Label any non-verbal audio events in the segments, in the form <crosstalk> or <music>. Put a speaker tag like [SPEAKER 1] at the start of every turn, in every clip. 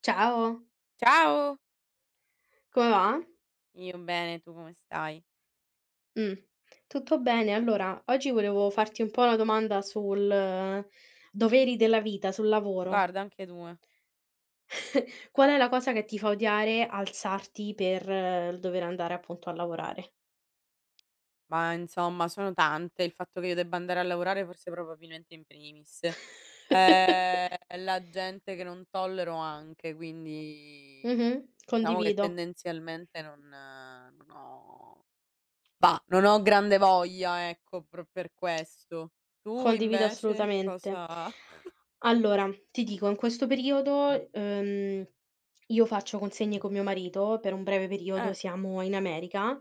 [SPEAKER 1] Ciao,
[SPEAKER 2] Ciao,
[SPEAKER 1] come va?
[SPEAKER 2] io bene, tu come stai?
[SPEAKER 1] Mh, tutto bene. Allora, oggi volevo farti un po' una domanda sul doveri della vita, sul lavoro.
[SPEAKER 2] Guarda, anche due.
[SPEAKER 1] <laughs> Qual è la cosa che ti fa odiare alzarti per il dover andare appunto a lavorare?
[SPEAKER 2] Ma insomma, sono tante. Il fatto che io debba andare a lavorare forse probabilmente in primis.
[SPEAKER 1] <laughs>
[SPEAKER 2] Ehm, la gente che non tollero anche, quindi
[SPEAKER 1] Mh-mh,
[SPEAKER 2] diciamo che
[SPEAKER 1] condivido,
[SPEAKER 2] tendenzialmente non ho non ho grande voglia, ecco, pro per questo. Tu
[SPEAKER 1] condivido
[SPEAKER 2] invece
[SPEAKER 1] assolutamente.
[SPEAKER 2] cosa <laughs>
[SPEAKER 1] Allora, ti dico, in questo periodo, io faccio consegne con mio marito, per un breve periodo
[SPEAKER 2] eh,
[SPEAKER 1] siamo in America,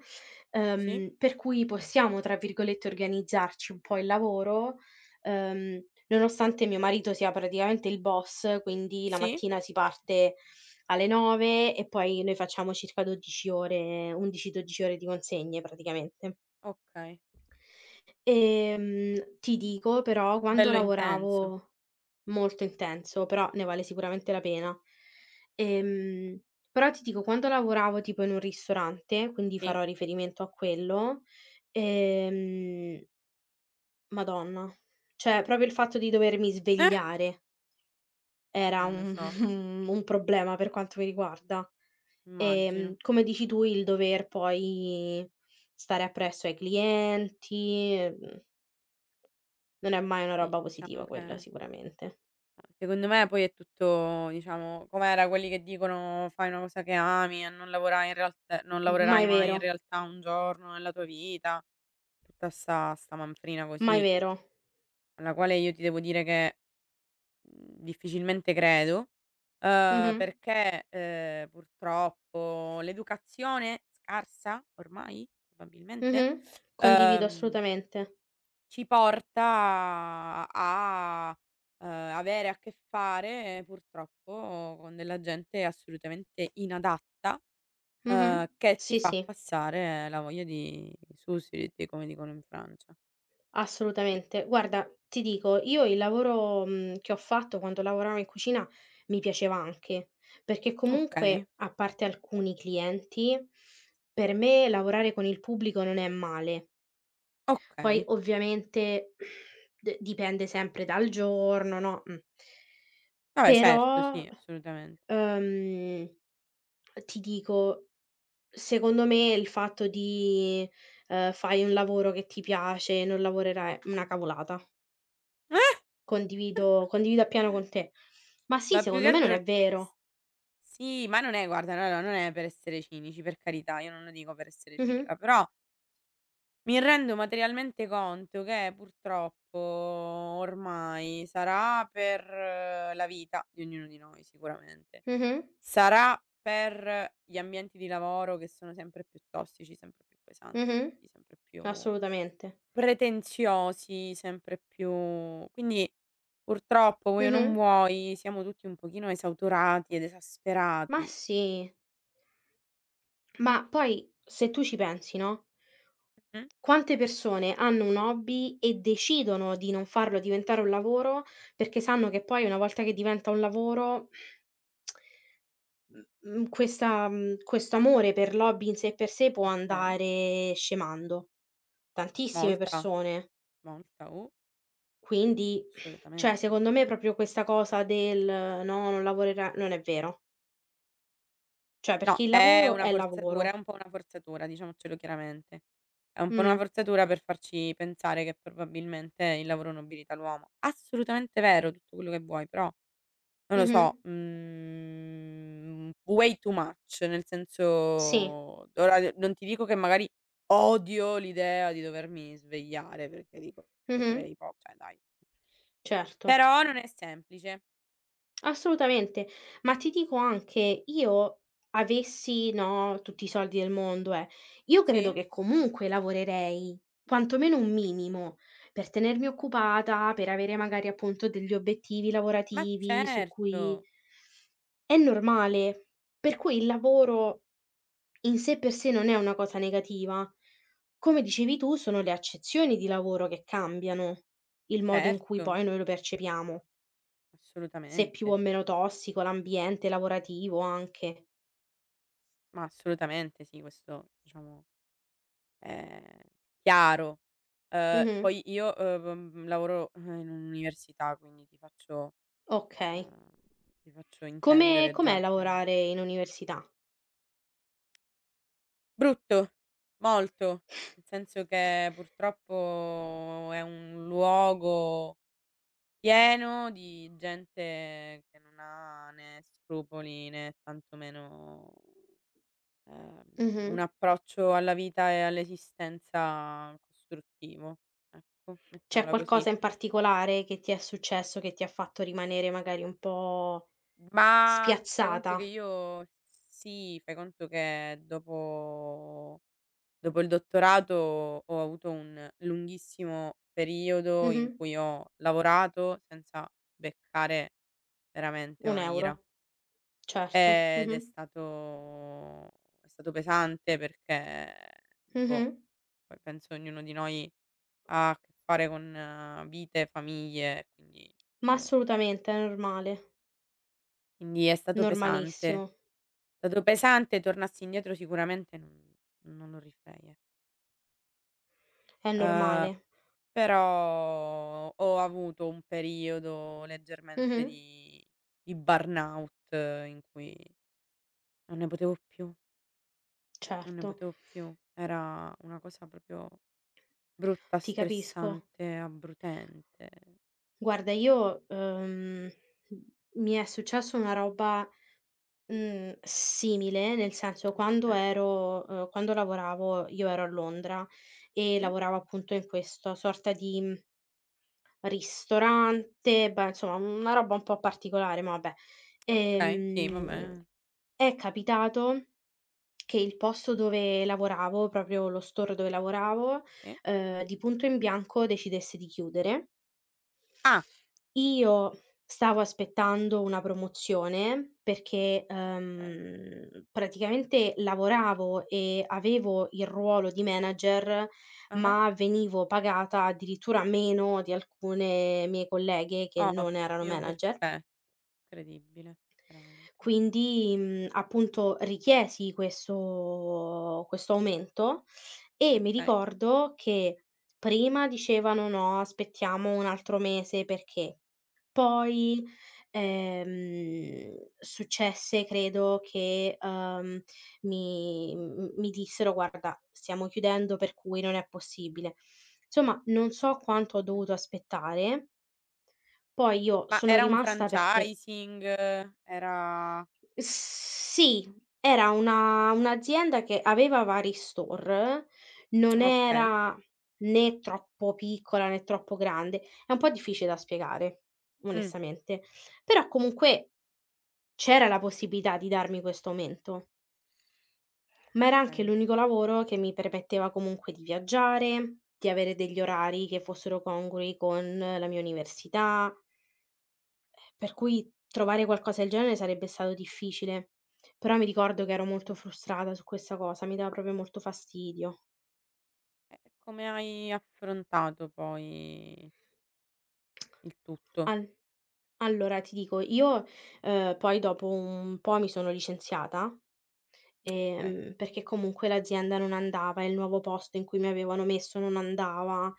[SPEAKER 2] sì,
[SPEAKER 1] per cui possiamo, tra virgolette, "organizzarci" un po' il lavoro, nonostante mio marito sia praticamente il boss, quindi la
[SPEAKER 2] sì,
[SPEAKER 1] mattina si parte alle 9 e poi noi facciamo circa 12 ore 11, 12 ore di consegne praticamente.
[SPEAKER 2] okay.
[SPEAKER 1] Ti dico però, quando
[SPEAKER 2] Bello intenso,
[SPEAKER 1] lavoravo. Molto intenso, però ne vale sicuramente la pena. Ehm, però ti dico, quando lavoravo tipo in un ristorante, quindi
[SPEAKER 2] sì.
[SPEAKER 1] farò riferimento a quello, ehm, madonna, cioè proprio il fatto di dovermi
[SPEAKER 2] Eh,
[SPEAKER 1] svegliare era
[SPEAKER 2] lo
[SPEAKER 1] un
[SPEAKER 2] so.
[SPEAKER 1] <laughs> un problema per quanto mi riguarda.
[SPEAKER 2] Immagino.
[SPEAKER 1] Come dici tu, il dover poi stare appresso ai clienti, non è mai una
[SPEAKER 2] Sì,
[SPEAKER 1] roba
[SPEAKER 2] diciamo
[SPEAKER 1] positiva quella
[SPEAKER 2] che
[SPEAKER 1] sicuramente.
[SPEAKER 2] secondo me poi è tutto diciamo, com'era quelli che dicono: "Fai una cosa che ami e non
[SPEAKER 1] Mai
[SPEAKER 2] lavorerai mai
[SPEAKER 1] vero,
[SPEAKER 2] in realtà un giorno nella tua vita". Tutta 'sta manfrina
[SPEAKER 1] mai
[SPEAKER 2] così,
[SPEAKER 1] vero.
[SPEAKER 2] alla quale io ti devo dire che, difficilmente credo,
[SPEAKER 1] Mh-mh.
[SPEAKER 2] perché, purtroppo l'educazione scarsa ormai, probabilmente,
[SPEAKER 1] Mh-mh. Condivido
[SPEAKER 2] uhm
[SPEAKER 1] assolutamente.
[SPEAKER 2] ci porta a, avere a che fare purtroppo con della gente assolutamente inadatta,
[SPEAKER 1] Mh-mh.
[SPEAKER 2] che ti
[SPEAKER 1] Sì,
[SPEAKER 2] fa
[SPEAKER 1] sì,
[SPEAKER 2] passare la voglia di "suicidio", come dicono in Francia. Sì,
[SPEAKER 1] assolutamente. Guarda, ti dico, io il lavoro, che ho fatto quando lavoravo in cucina mi piaceva anche, perché
[SPEAKER 2] okay,
[SPEAKER 1] comunque, a parte alcuni clienti, per me lavorare con il pubblico non è male. Poi
[SPEAKER 2] okay.
[SPEAKER 1] ovviamente d dipende sempre dal giorno, no. Mh.
[SPEAKER 2] Vabbè certo,
[SPEAKER 1] Però.
[SPEAKER 2] sì, assolutamente.
[SPEAKER 1] Ehm, ti dico, secondo me il fatto di, fai un lavoro che ti piace, non lavorerai è una cavolata.
[SPEAKER 2] Eh!
[SPEAKER 1] Condivido condivido appieno con te. Ma sì,
[SPEAKER 2] Ma più che
[SPEAKER 1] secondo me non
[SPEAKER 2] altro
[SPEAKER 1] è
[SPEAKER 2] s
[SPEAKER 1] vero.
[SPEAKER 2] sì, ma non è guarda, no, no, non è per essere cinici, per carità, io non lo dico per essere
[SPEAKER 1] Mh-mh,
[SPEAKER 2] cinica, però mi rendo materialmente conto che purtroppo ormai sarà per la vita di ognuno di noi sicuramente,
[SPEAKER 1] mh-mh,
[SPEAKER 2] sarà per gli ambienti di lavoro che sono sempre più tossici, sempre più pesanti,
[SPEAKER 1] mh-mh,
[SPEAKER 2] sempre più
[SPEAKER 1] assolutamente.
[SPEAKER 2] pretenziosi, sempre più quindi purtroppo vuoi o non
[SPEAKER 1] Mh-mh,
[SPEAKER 2] vuoi siamo tutti un pochino esautorati ed
[SPEAKER 1] ma
[SPEAKER 2] esasperati.
[SPEAKER 1] sì. Ma poi se tu ci pensi, no?
[SPEAKER 2] Mh-mh,
[SPEAKER 1] Quante persone hanno un hobby e decidono di non farlo diventare un lavoro, perché sanno che poi una volta che diventa un lavoro <sniffs> m questa questo amore per l'hobby in sé per sé può
[SPEAKER 2] okay,
[SPEAKER 1] andare scemando. Tantissime
[SPEAKER 2] molta,
[SPEAKER 1] persone.
[SPEAKER 2] molta,
[SPEAKER 1] Quindi, <clears throat> cioè
[SPEAKER 2] assolutamente.
[SPEAKER 1] secondo me proprio questa cosa del: "No, non lavorerà" non è vero. Cioè perché
[SPEAKER 2] No,
[SPEAKER 1] il
[SPEAKER 2] è
[SPEAKER 1] lavoro
[SPEAKER 2] una
[SPEAKER 1] è
[SPEAKER 2] forzatura, è
[SPEAKER 1] lavoro.
[SPEAKER 2] un po' una forzatura, diciamocelo chiaramente. È un po' una
[SPEAKER 1] Mh.
[SPEAKER 2] forzatura per farci pensare che probabilmente il lavoro non nobilita l'uomo. Assolutamente vero tutto quello che vuoi, però non lo
[SPEAKER 1] Mh-mh.
[SPEAKER 2] so, way too much, nel senso
[SPEAKER 1] Sì.
[SPEAKER 2] ora d non ti dico che magari odio l'idea di dovermi svegliare perché dico:
[SPEAKER 1] Mh-mh.
[SPEAKER 2] "Sarei po cioè dai".
[SPEAKER 1] Certo.
[SPEAKER 2] Però non è semplice.
[SPEAKER 1] Assolutamente, ma ti dico anche, io avessi, no, tutti i soldi del mondo, io credo
[SPEAKER 2] Sì,
[SPEAKER 1] che comunque lavorerei, quantomeno un minimo, per tenermi occupata, per avere magari appunto degli obiettivi
[SPEAKER 2] ma
[SPEAKER 1] lavorativi su cui
[SPEAKER 2] certo,
[SPEAKER 1] è normale, per cui il lavoro in sé per sé non è una cosa negativa. Come dicevi tu, sono le accezioni di lavoro che cambiano il modo in cui
[SPEAKER 2] certo,
[SPEAKER 1] poi noi lo percepiamo. Se è più o
[SPEAKER 2] assolutamente.
[SPEAKER 1] meno tossico l'ambiente lavorativo anche.
[SPEAKER 2] Ma assolutamente sì, questo diciamo è chiaro.
[SPEAKER 1] Mh-mh.
[SPEAKER 2] Poi io, lavoro, in un'università, quindi
[SPEAKER 1] Okay.
[SPEAKER 2] ehm, ti faccio
[SPEAKER 1] Come
[SPEAKER 2] intendere
[SPEAKER 1] com'è
[SPEAKER 2] già che
[SPEAKER 1] lavorare in università?
[SPEAKER 2] brutto, molto, nel senso che purtroppo è un luogo pieno di gente che non ha né scrupoli né tantomeno Ehm,
[SPEAKER 1] Mh-mh.
[SPEAKER 2] un approccio alla vita e all'esistenza costruttivo, ecco,
[SPEAKER 1] C'è
[SPEAKER 2] mettiamola così.
[SPEAKER 1] qualcosa in particolare che ti è successo che ti ha fatto rimanere magari un po'
[SPEAKER 2] Ma fai conto
[SPEAKER 1] spiazzata?
[SPEAKER 2] che io sì, fai conto che dopo il dottorato ho avuto un lunghissimo periodo
[SPEAKER 1] Mh-mh.
[SPEAKER 2] in cui ho lavorato senza beccare veramente una
[SPEAKER 1] 1
[SPEAKER 2] lira.
[SPEAKER 1] €, certo.
[SPEAKER 2] Ed
[SPEAKER 1] Mh-mh.
[SPEAKER 2] è stato pesante perché
[SPEAKER 1] Mh-mh.
[SPEAKER 2] dico poi penso ognuno di noi ha a che fare con vite, famiglie, quindi
[SPEAKER 1] Ma
[SPEAKER 2] diciamo
[SPEAKER 1] assolutamente, è normale,
[SPEAKER 2] quindi è stato pesante.
[SPEAKER 1] normalissimo,
[SPEAKER 2] È stato pesante, tornassi indietro sicuramente non lo rifarei, ecco.
[SPEAKER 1] è
[SPEAKER 2] Uhm,
[SPEAKER 1] normale.
[SPEAKER 2] Però ho avuto un periodo leggermente
[SPEAKER 1] Mh-mh.
[SPEAKER 2] di burnout in cui non ne potevo più, non ne
[SPEAKER 1] Certo,
[SPEAKER 2] potevo più. Era una cosa proprio brutta,
[SPEAKER 1] ti capisco.
[SPEAKER 2] stressante, abbrutente.
[SPEAKER 1] Guarda, io, mi è successa una roba, simile, nel senso
[SPEAKER 2] Okay,
[SPEAKER 1] quando lavoravo io ero a Londra e
[SPEAKER 2] sì.
[SPEAKER 1] lavoravo appunto in questa sorta di, ristorante, beh insomma una roba un po' particolare, ma vabbè.
[SPEAKER 2] Okay, sì, va
[SPEAKER 1] Ehm,
[SPEAKER 2] bene,
[SPEAKER 1] è capitato che il posto dove lavoravo, proprio lo store dove lavoravo,
[SPEAKER 2] sì.
[SPEAKER 1] di punto in bianco decidesse di chiudere.
[SPEAKER 2] Ah,
[SPEAKER 1] Io stavo aspettando una promozione perché,
[SPEAKER 2] okay.
[SPEAKER 1] praticamente lavoravo e avevo il ruolo di manager,
[SPEAKER 2] Ah-ah.
[SPEAKER 1] ma venivo pagata addirittura meno di alcune mie colleghe che non erano
[SPEAKER 2] Ottimo,
[SPEAKER 1] manager.
[SPEAKER 2] perfe incredibile, veramente.
[SPEAKER 1] Quindi, appunto richiesi questo aumento e mi
[SPEAKER 2] Okay,
[SPEAKER 1] ricordo che prima dicevano: "No, aspettiamo un altro mese perché" poi, successe credo che, mi dissero: "Guarda, stiamo chiudendo per cui non è possibile." Insomma, non so quanto ho
[SPEAKER 2] okay.
[SPEAKER 1] dovuto aspettare. Poi io
[SPEAKER 2] Ma
[SPEAKER 1] sono
[SPEAKER 2] era un
[SPEAKER 1] rimasta perché
[SPEAKER 2] franchising? Era
[SPEAKER 1] sì, era una un'azienda che aveva vari store, non
[SPEAKER 2] okay.
[SPEAKER 1] era né troppo piccola né troppo grande. È un po' difficile da spiegare,
[SPEAKER 2] Mh,
[SPEAKER 1] onestamente, però comunque c'era la possibilità di darmi questo aumento, ma era anche
[SPEAKER 2] okay.
[SPEAKER 1] l'unico lavoro che mi permetteva comunque di viaggiare, di avere degli orari che fossero congrui con la mia università. Per
[SPEAKER 2] Mh,
[SPEAKER 1] cui
[SPEAKER 2] mh,
[SPEAKER 1] trovare qualcosa del genere sarebbe stato difficile, però mi ricordo che ero molto
[SPEAKER 2] mh.
[SPEAKER 1] frustrata su questa cosa, mi dava proprio molto fastidio.
[SPEAKER 2] E come hai affrontato poi il tutto?
[SPEAKER 1] Al allora ti dico, io, poi dopo un po' mi sono licenziata,
[SPEAKER 2] Okay,
[SPEAKER 1] perché comunque l'azienda non andava, il nuovo posto in cui mi avevano messo non andava,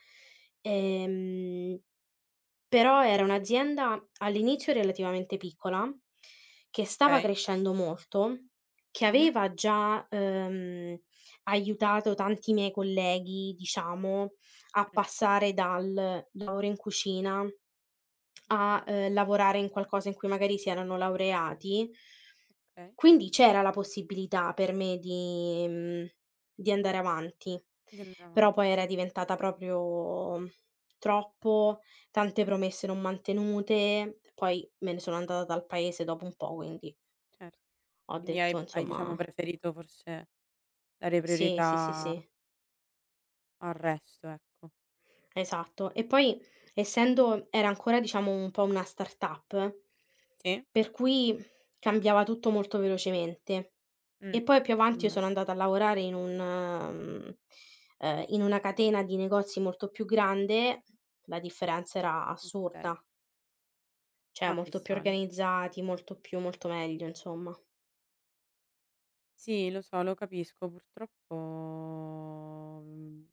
[SPEAKER 1] ehm però era un'azienda all'inizio relativamente piccola, che stava
[SPEAKER 2] okay.
[SPEAKER 1] crescendo molto, che
[SPEAKER 2] Mh-mh,
[SPEAKER 1] aveva già, aiutato tanti miei colleghi, diciamo, a
[SPEAKER 2] mh,
[SPEAKER 1] passare dal lavoro in cucina a,
[SPEAKER 2] okay,
[SPEAKER 1] lavorare in qualcosa in cui magari si erano laureati.
[SPEAKER 2] okay.
[SPEAKER 1] Quindi c'era la possibilità per me di di andare avanti,
[SPEAKER 2] Di andare
[SPEAKER 1] però
[SPEAKER 2] avanti,
[SPEAKER 1] poi era
[SPEAKER 2] certo,
[SPEAKER 1] diventata proprio troppo, tante promesse non mantenute, poi me ne sono andata dal paese dopo un po', quindi
[SPEAKER 2] certo.
[SPEAKER 1] ho
[SPEAKER 2] Quindi
[SPEAKER 1] detto
[SPEAKER 2] hai
[SPEAKER 1] insomma
[SPEAKER 2] diciamo preferito forse dare
[SPEAKER 1] sì, sì, sì,
[SPEAKER 2] priorità
[SPEAKER 1] sì,
[SPEAKER 2] al resto, ecco.
[SPEAKER 1] esatto. E poi essendo era ancora diciamo un po' una startup,
[SPEAKER 2] Sì?
[SPEAKER 1] per cui cambiava tutto molto velocemente.
[SPEAKER 2] Mh.
[SPEAKER 1] E poi più
[SPEAKER 2] E
[SPEAKER 1] avanti io
[SPEAKER 2] beh,
[SPEAKER 1] sono andata a lavorare in un mhmm, in una catena di negozi molto più grande, la differenza era
[SPEAKER 2] okay.
[SPEAKER 1] assurda, cioè molto più
[SPEAKER 2] Abissale, certo.
[SPEAKER 1] organizzati, molto meglio insomma.
[SPEAKER 2] Sì, lo so, lo capisco. Purtroppo,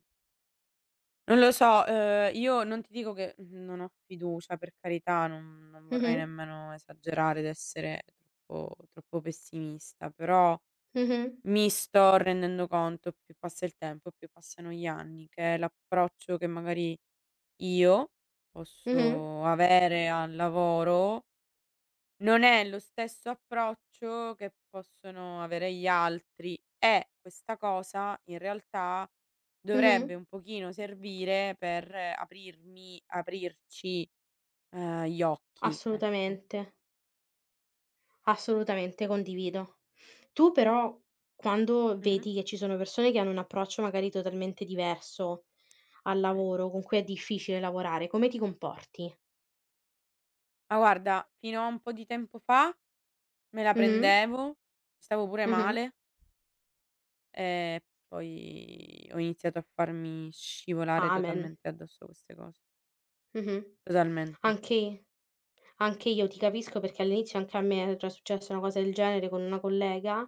[SPEAKER 2] non lo so, io non ti dico che, non ho fiducia, per carità, non non vorrei
[SPEAKER 1] Mh-mh,
[SPEAKER 2] nemmeno esagerare ed essere troppo pessimista, però
[SPEAKER 1] mh-mh,
[SPEAKER 2] mi sto rendendo conto, più passa il tempo, più passano gli anni, che l'approccio che magari io
[SPEAKER 1] mh-mh,
[SPEAKER 2] posso avere al lavoro non è lo stesso approccio che possono avere gli altri e questa cosa in realtà
[SPEAKER 1] mh-mh.
[SPEAKER 2] dovrebbe un pochino servire per aprirmi aprirci, gli occhi, ecco.
[SPEAKER 1] Assolutamente, assolutamente condivido. Tu però quando
[SPEAKER 2] Mh-mh.
[SPEAKER 1] vedi che ci sono persone che hanno un approccio magari totalmente diverso al
[SPEAKER 2] Okay.
[SPEAKER 1] lavoro, con cui è difficile lavorare, come ti comporti?
[SPEAKER 2] Ma guarda, fino a un po' di tempo fa me la
[SPEAKER 1] Mh-mh,
[SPEAKER 2] prendevo, stavo pure
[SPEAKER 1] mh-mh.
[SPEAKER 2] male e poi ho iniziato a farmi scivolare
[SPEAKER 1] Amen.
[SPEAKER 2] totalmente addosso queste cose.
[SPEAKER 1] Mh-mh.
[SPEAKER 2] Totalmente.
[SPEAKER 1] Anche anche io ti capisco perché all'inizio anche a me era già successa una cosa del genere con una collega,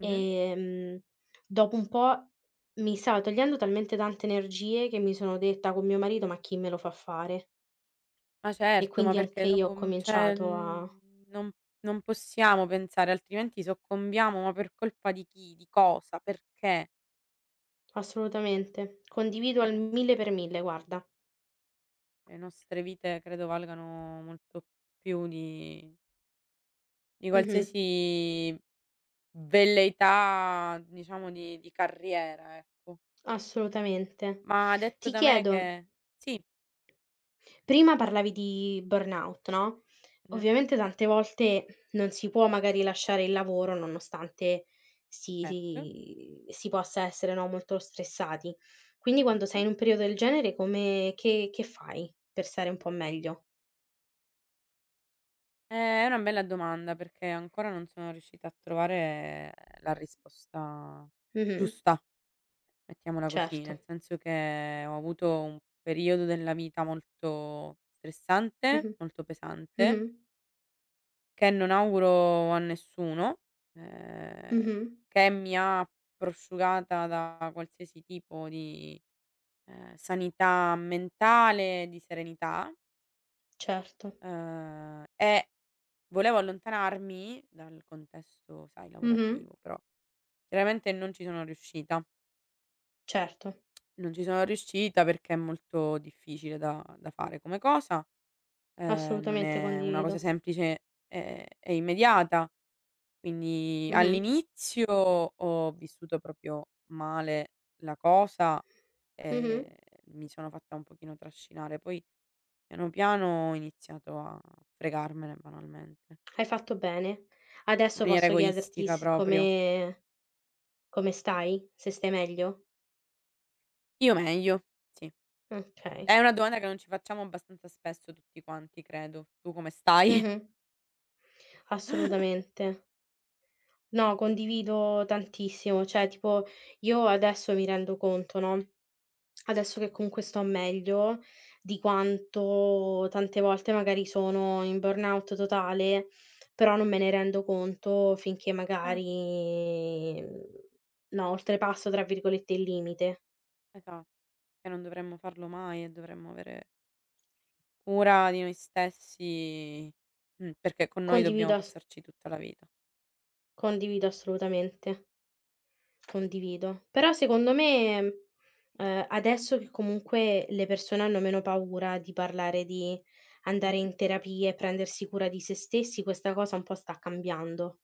[SPEAKER 2] Mh-mh.
[SPEAKER 1] dopo un po' mi stava togliendo talmente tante energie che mi sono detta con mio marito: "Ma chi me lo fa fare?"
[SPEAKER 2] Ma
[SPEAKER 1] E
[SPEAKER 2] certo, ma
[SPEAKER 1] quindi anche
[SPEAKER 2] perché
[SPEAKER 1] io ho
[SPEAKER 2] dopo cioè,
[SPEAKER 1] cominciato a.
[SPEAKER 2] non non possiamo pensare, altrimenti soccombiamo, ma per colpa di chi? Di cosa? Perché?
[SPEAKER 1] Assolutamente. Condivido al
[SPEAKER 2] Eh,
[SPEAKER 1] 1000 per 1000, guarda.
[SPEAKER 2] le nostre vite credo valgano molto più di
[SPEAKER 1] Mh-mh.
[SPEAKER 2] qualsiasi velleità, diciamo, di carriera, ecco.
[SPEAKER 1] Assolutamente.
[SPEAKER 2] Ma detto
[SPEAKER 1] Ti
[SPEAKER 2] da me
[SPEAKER 1] chiedo.
[SPEAKER 2] che sì,
[SPEAKER 1] Prima parlavi di burnout, no,
[SPEAKER 2] mh-mh,
[SPEAKER 1] ovviamente tante volte non si può magari lasciare il lavoro nonostante si
[SPEAKER 2] certo,
[SPEAKER 1] si si possa essere, no, molto stressati. Quindi quando sei
[SPEAKER 2] certo.
[SPEAKER 1] in un periodo del genere come che fai per stare un po' meglio?
[SPEAKER 2] È una bella domanda perché ancora non sono riuscita a trovare la risposta
[SPEAKER 1] Mh-mh.
[SPEAKER 2] giusta. Mettiamola così,
[SPEAKER 1] Certo.
[SPEAKER 2] nel senso che ho avuto un periodo della vita molto stressante,
[SPEAKER 1] Mh-mh.
[SPEAKER 2] molto pesante,
[SPEAKER 1] Mh-mh.
[SPEAKER 2] che non auguro a nessuno, ehm,
[SPEAKER 1] Mh-mh.
[SPEAKER 2] che mi ha prosciugata da qualsiasi tipo di, sanità mentale, di serenità,
[SPEAKER 1] Certo.
[SPEAKER 2] e volevo allontanarmi dal contesto, sai,
[SPEAKER 1] Mh-mh.
[SPEAKER 2] lavorativo, però chiaramente non ci sono riuscita.
[SPEAKER 1] Certo.
[SPEAKER 2] Non ci sono riuscita perché è molto difficile da fare come cosa, non
[SPEAKER 1] Assolutamente
[SPEAKER 2] è una
[SPEAKER 1] condivido.
[SPEAKER 2] cosa semplice e immediata. Quindi
[SPEAKER 1] Mh-mh.
[SPEAKER 2] all'inizio ho vissuto proprio male la cosa, ehm,
[SPEAKER 1] Mh-mh.
[SPEAKER 2] mi sono fatta un pochino trascinare, poi piano piano ho iniziato a fregarmene banalmente,
[SPEAKER 1] Hai fatto bene.
[SPEAKER 2] in
[SPEAKER 1] Adesso
[SPEAKER 2] maniera
[SPEAKER 1] posso chiederti
[SPEAKER 2] egoistica proprio.
[SPEAKER 1] siccome. Come stai? Se stai meglio?
[SPEAKER 2] Io meglio, sì.
[SPEAKER 1] Okay.
[SPEAKER 2] È una domanda che non ci facciamo abbastanza spesso tutti quanti credo. "Tu come stai?"
[SPEAKER 1] Mh-mh.
[SPEAKER 2] <laughs>
[SPEAKER 1] Assolutamente. No, condivido tantissimo. Cioè, tipo io adesso mi rendo conto, no, adesso che comunque sto meglio, di quanto tante volte magari sono in burnout totale, però non me ne rendo conto finché
[SPEAKER 2] Cer
[SPEAKER 1] magari, no, oltrepasso tra virgolette "il limite".
[SPEAKER 2] esa Che non dovremmo farlo mai e dovremmo avere cura di noi stessi, perché con noi dobbiamo
[SPEAKER 1] Condivido ass
[SPEAKER 2] passarci tutta la vita.
[SPEAKER 1] condivido assolutamente. Condivido. Però secondo me, adesso che comunque le persone hanno meno paura di parlare di andare
[SPEAKER 2] Mh-mh.
[SPEAKER 1] in terapia e prendersi cura di se stessi, questa cosa un po' sta cambiando.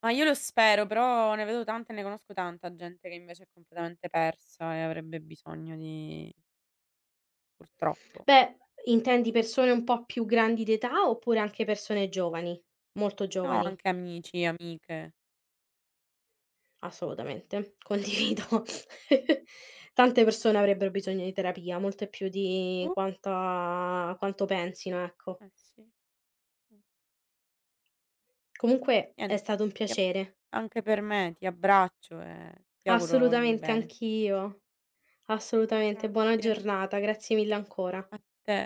[SPEAKER 2] Ma io lo spero, però ne vedo tanta e ne conosco tanta gente che invece è completamente persa e avrebbe bisogno di purtroppo.
[SPEAKER 1] Beh, intendi persone un po' più grandi d'età oppure anche persone giovani? Molto
[SPEAKER 2] No,
[SPEAKER 1] giovani?
[SPEAKER 2] anche amici, amiche.
[SPEAKER 1] Assolutamente, condivido. <laughs>
[SPEAKER 2] Eh
[SPEAKER 1] Tante persone
[SPEAKER 2] sì.
[SPEAKER 1] avrebbero bisogno di terapia, molte più di
[SPEAKER 2] Uh,
[SPEAKER 1] quanta quanto pensino, ecco.
[SPEAKER 2] eh sì. Mh.
[SPEAKER 1] Comunque è
[SPEAKER 2] Niente,
[SPEAKER 1] stato un
[SPEAKER 2] ti ab
[SPEAKER 1] piacere.
[SPEAKER 2] anche per me ti abbraccio e ti auguro ogni
[SPEAKER 1] Assolutamente,
[SPEAKER 2] bene.
[SPEAKER 1] anch'io. Assolutamente. Buona
[SPEAKER 2] Grazie.
[SPEAKER 1] giornata, grazie mille ancora.
[SPEAKER 2] A te.